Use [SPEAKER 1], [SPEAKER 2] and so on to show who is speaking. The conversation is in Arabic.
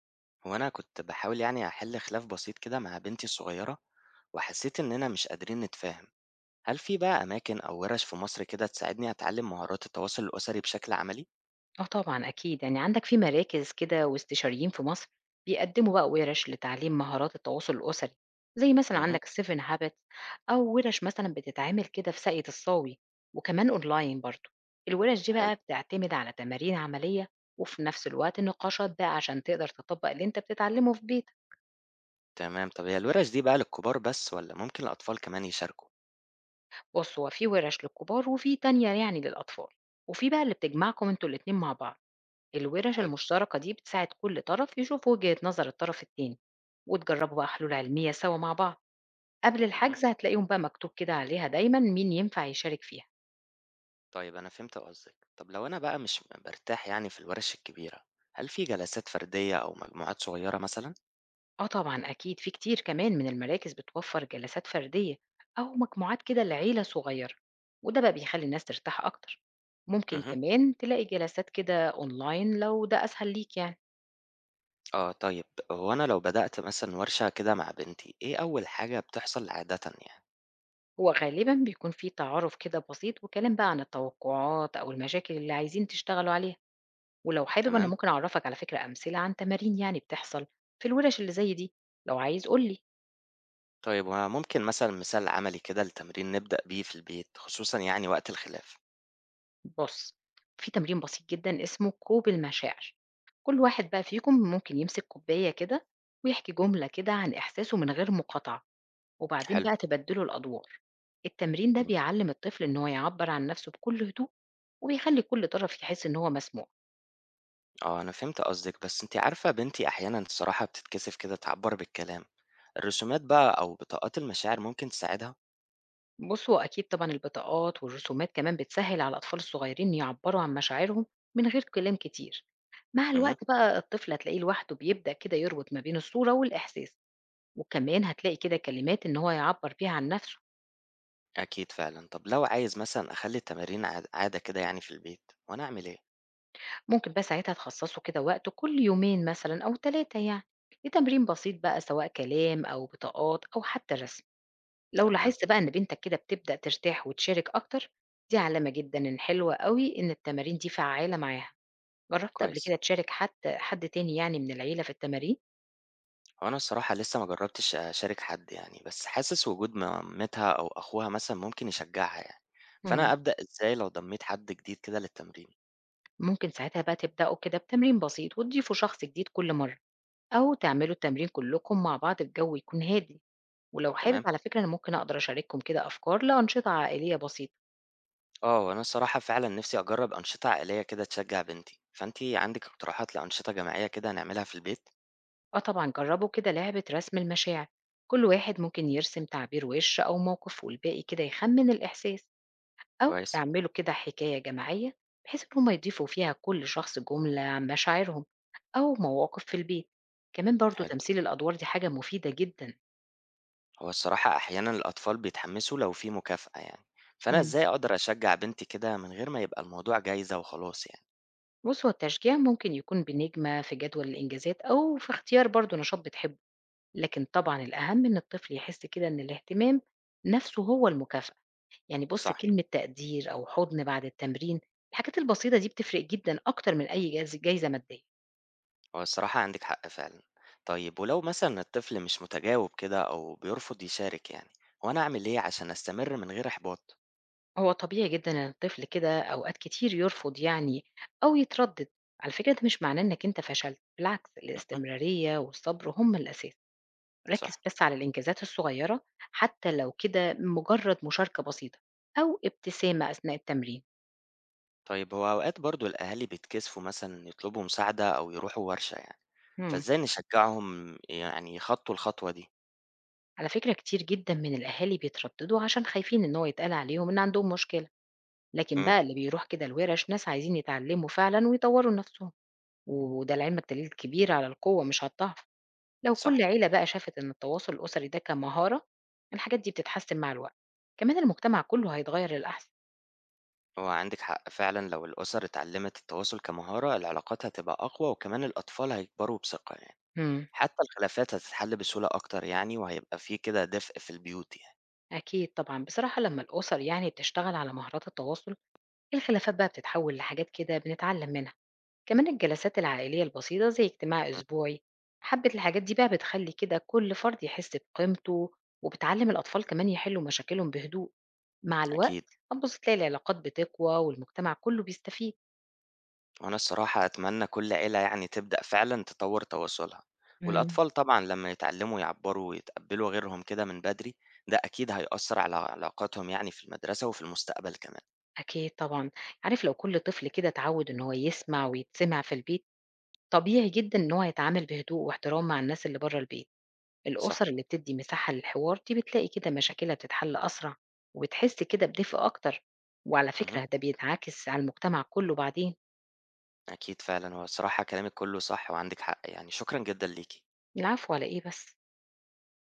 [SPEAKER 1] هو أنا كنت بحاول يعني أحل خلاف بسيط كده مع بنتي الصغيرة، وحسيت إننا مش قادرين نتفاهم. هل في بقى أماكن أو ورش في مصر كده تساعدني أتعلم مهارات التواصل الأسري بشكل عملي؟
[SPEAKER 2] آه طبعًا أكيد، يعني عندك في مراكز كده واستشاريين في مصر بيقدّموا بقى وِرَش لتعليم مهارات التواصل الأسري، زي مثلًا
[SPEAKER 1] امم.
[SPEAKER 2] عندك seven habits أو وِرَش مثلًا بتتعمل كده في ساقية الصاوي، وكمان أونلاين برضه، الوِرَش دي
[SPEAKER 1] حلو.
[SPEAKER 2] بقى بتعتمد على تمارين عملية وفي نفس الوقت نقاشات بقى عشان تقدر تطبّق اللي أنت بتتعلمه في بيتك.
[SPEAKER 1] تمام، طب هي الورش دي بقى للكبار بس ولا ممكن الأطفال كمان يشاركوا؟
[SPEAKER 2] بُص هو في وِرَش للكبار وفي تانية يعني للأطفال، وفي بقى اللي بتجمعكم أنتم الاتنين مع بعض، الوِرَش
[SPEAKER 1] حلو.
[SPEAKER 2] المشتركة دي بتساعد كل طرف يشوف وجهة نظر الطرف التاني. وتجربوا بقى حلول علمية سوا مع بعض. قبل
[SPEAKER 1] امم.
[SPEAKER 2] الحجز هتلاقيهم بقى مكتوب كده عليها دايما مين ينفع يشارك فيها.
[SPEAKER 1] طيب أنا فهمت قصدك. طب لو أنا بقى مش برتاح يعني في الورش الكبيرة، هل في جلسات فردية أو مجموعات صغيرة مثلا؟
[SPEAKER 2] اه طبعا اكيد في كتير كمان من المراكز بتوفر جلسات فردية او مجموعات كده لعيلة صغيرة، وده بقى بيخلي الناس ترتاح اكتر. ممكن
[SPEAKER 1] امم.
[SPEAKER 2] كمان تلاقي جلسات كده اونلاين لو ده اسهل ليك يعني.
[SPEAKER 1] آه طيب. هو أنا لو بدأت مثلا ورشة كده مع بنتي، إيه أول حاجة بتحصل عادة يعني؟
[SPEAKER 2] هو غالبا بيكون في تعارف كده بسيط وكلام بقى عن التوقعات او المشاكل اللي عايزين تشتغلوا عليها، ولو حابب انا
[SPEAKER 1] تمام.
[SPEAKER 2] ممكن اعرفك على فكرة امثلة عن تمارين يعني بتحصل في الورش اللي زي دي. لو عايز قولي.
[SPEAKER 1] طيب وممكن مثلًا مثال عملي كده لتمرين نبدأ بيه في البيت، خصوصًا يعني وقت الخلاف.
[SPEAKER 2] بص، في تمرين بسيط جدا اسمه كوب المشاعر، كل واحد بقى فيكم ممكن يمسك كوباية كده ويحكي جملة كده عن إحساسه من غير مقاطعة، وبعدين
[SPEAKER 1] حلو.
[SPEAKER 2] بقى تبدلوا الأدوار. التمرين ده
[SPEAKER 1] إمم.
[SPEAKER 2] بيعلم الطفل إن هو يعبر عن نفسه بكل هدوء، وبيخلي كل طرف يحس إن هو مسموع.
[SPEAKER 1] آه، أنا فهمت قصدِك، بس أنتِ عارفة بنتي أحيانًا الصراحة بتتكسف كده تعبّر بالكلام. الرسومات بقى أو بطاقات المشاعر ممكن تساعدها؟
[SPEAKER 2] بصوا أكيد طبعا البطاقات والرسومات كمان بتسهل على الأطفال الصغيرين يعبروا عن مشاعرهم من غير كلام كتير. مع
[SPEAKER 1] اهم.
[SPEAKER 2] الوقت بقى الطفل هتلاقيه لوحده بيبدأ كده يربط ما بين الصورة والإحساس، وكمان هتلاقي كده كلمات إن هو يعبر بيها عن نفسه.
[SPEAKER 1] أكيد فعلًا. طب لو عايز مثلًا أخلّي التمارين عادة كده يعني في البيت، هو أنا أعمل إيه؟
[SPEAKER 2] ممكن بقى ساعتها تخصصه كده وقت كل يومين مثلا أو ثلاثة يعني لتمرين بسيط بقى سواء كلام أو بطاقات أو حتى رسم. لو
[SPEAKER 1] تمام.
[SPEAKER 2] لاحظت بقى إن بنتك كده بتبدأ ترتاح وتشارك أكتر، دي علامة جدا إن حلوة قوي إن التمارين دي فعالة معاها. جربت قبل
[SPEAKER 1] كويس.
[SPEAKER 2] كده تشارك حتى حد تاني يعني من العيلة في التمارين؟
[SPEAKER 1] هو أنا الصراحة لسه ما جرّبتش أشارك حد يعني، بس حاسس وجود مامتها أو أخوها مثلًا ممكن يشجّعها يعني،
[SPEAKER 2] مم.
[SPEAKER 1] فأنا أبدأ إزاي لو ضمّيت حد جديد كده للتمرين؟
[SPEAKER 2] ممكن ساعتها بقى تبدأوا كده بتمرين بسيط وتضيفوا شخص جديد كل مرة، أو تعملوا التمرين كلكم مع بعض الجو يكون هادي. ولو حابب
[SPEAKER 1] تمام.
[SPEAKER 2] على فكرة أنا ممكن أقدر أشارككم كده أفكار لأنشطة عائلية بسيطة.
[SPEAKER 1] آه، وأنا الصراحة فعلًا نِفْسي أجرّب أنشطة عائلية كده تشجّع بنتي، فأنتِ عندِك اقتراحات لأنشطة جماعية كده نعملها في البيت؟
[SPEAKER 2] أه طبعا جربوا كده لعبة رسم المشاعر، كل واحد ممكن يرسم تعبير وش أو موقف والباقي كده يخمن الإحساس. أو
[SPEAKER 1] كويس.
[SPEAKER 2] اعملوا كده حكاية جماعية بحيث إن هما يضيفوا فيها كل شخص جملة عن مشاعرهم أو مواقف في البيت. كمان برضو
[SPEAKER 1] حلو.
[SPEAKER 2] تمثيل الأدوار دي حاجة مفيدة جدا.
[SPEAKER 1] هو الصراحة أحيانًا الأطفال بيتحمّسوا لو في مكافأة يعني، فأنا
[SPEAKER 2] مم.
[SPEAKER 1] إزاي أقدر أشجّع بنتي كده من غير ما يبقى الموضوع جايزة وخلاص يعني؟
[SPEAKER 2] بصوا التشجيع ممكن يكون بنجمة في جدول الإنجازات أو في اختيار برضو نشاط بتحبه، لكن طبعًا الأهم إن الطفل يحس كده إن الاهتمام نفسه هو المكافأة، يعني بُص
[SPEAKER 1] صح.
[SPEAKER 2] كلمة تقدير أو حُضن بعد التمرين، الحاجات البسيطة دي بتفرق جدًا أكتر من أي جايزة مادية.
[SPEAKER 1] هو الصراحة عندِك حق فعلًا. طيب ولو مثلًا الطفل مش متجاوب كده أو بيرفض يشارك يعني، هو أنا أعمل إيه عشان أستمر من غير إحباط؟
[SPEAKER 2] هو طبيعي جدًا إن الطفل كده أوقات كتير يرفض يعني أو يتردد، على فكرة ده مش معناه إنك أنت فشلت، بالعكس
[SPEAKER 1] اهم.
[SPEAKER 2] الاستمرارية والصبر هم الأساس.
[SPEAKER 1] صح.
[SPEAKER 2] ركّز بس على الإنجازات الصغيرة حتى لو كده مجرد مشاركة بسيطة أو ابتسامة أثناء التمرين.
[SPEAKER 1] طيب هو أوقات برضه الأهالي بيتكسفوا مثلًا يطلبوا مساعدة أو يروحوا ورشة يعني،
[SPEAKER 2] إمم.
[SPEAKER 1] فإزاي نشجعهم يعني يخطّوا الخطوة دي؟
[SPEAKER 2] على فكرة كتير جدا من الأهالي بيترددوا عشان خايفين إن هو يتقال عليهم إن عندهم مشكلة، لكن
[SPEAKER 1] إمم.
[SPEAKER 2] بقى اللي بيروح كده الورش ناس عايزين يتعلموا فعلا ويطوروا نفسهم، وده الدليل الكبير على القوة مش على الضعف. لو كل
[SPEAKER 1] صح.
[SPEAKER 2] عيلة بقى شافت إن التواصل الأسري ده كمهارة، الحاجات دي بتتحسن مع الوقت، كمان المجتمع كله هيتغير للأحسن.
[SPEAKER 1] هو عندِك حق فعلًا، لو الأسر اتعلمت التواصل كمهارة، العلاقات هتبقى أقوى وكمان الأطفال هيكبروا بثقة يعني،
[SPEAKER 2] امم.
[SPEAKER 1] حتى الخلافات هتتحل بسهولة أكتر يعني وهيبقى في كده دفء في البيوت يعني.
[SPEAKER 2] أكيد طبعا بصراحة لما الأسر يعني بتشتغل على مهارات التواصل، الخلافات بقى بتتحول لحاجات كده بنتعلم منها. كمان الجلسات العائلية البسيطة زي اجتماع أسبوعي، حبة الحاجات دي بقى بتخلي كده كل فرد يحس بقيمته، وبتعلم الأطفال كمان يحلوا مشاكلهم بهدوء مع
[SPEAKER 1] أكيد.
[SPEAKER 2] الوقت. هتبص تلاقي العلاقات بتقوى والمجتمع كله بيستفيد.
[SPEAKER 1] وأنا الصراحة أتمنى كل عيلة يعني تبدأ فعلا تطور تواصلها،
[SPEAKER 2] مم.
[SPEAKER 1] والأطفال طبعا لما يتعلموا يعبروا ويتقبلوا غيرهم كده من بدري، ده أكيد هيأثر على علاقاتهم يعني في المدرسة وفي المستقبل كمان.
[SPEAKER 2] أكيد طبعا، عارف لو كل طفل كده اتعود إن هو يسمع ويتسمع في البيت، طبيعي جدا إن هو يتعامل بهدوء واحترام مع الناس اللي بره البيت.
[SPEAKER 1] صح.
[SPEAKER 2] الأسر اللي بتدي مساحة للحوار دي بتلاقي كده مشاكلها بتتحل أسرع وبتحس كده بدفء أكتر، وعلى
[SPEAKER 1] مه.
[SPEAKER 2] فكرة ده بينعكس على المجتمع كله بعدين.
[SPEAKER 1] أكيد فعلا، هو الصراحة كلامك كله صح وعندك حق يعني، شكرا جدا ليكي.
[SPEAKER 2] العفو على إيه بس.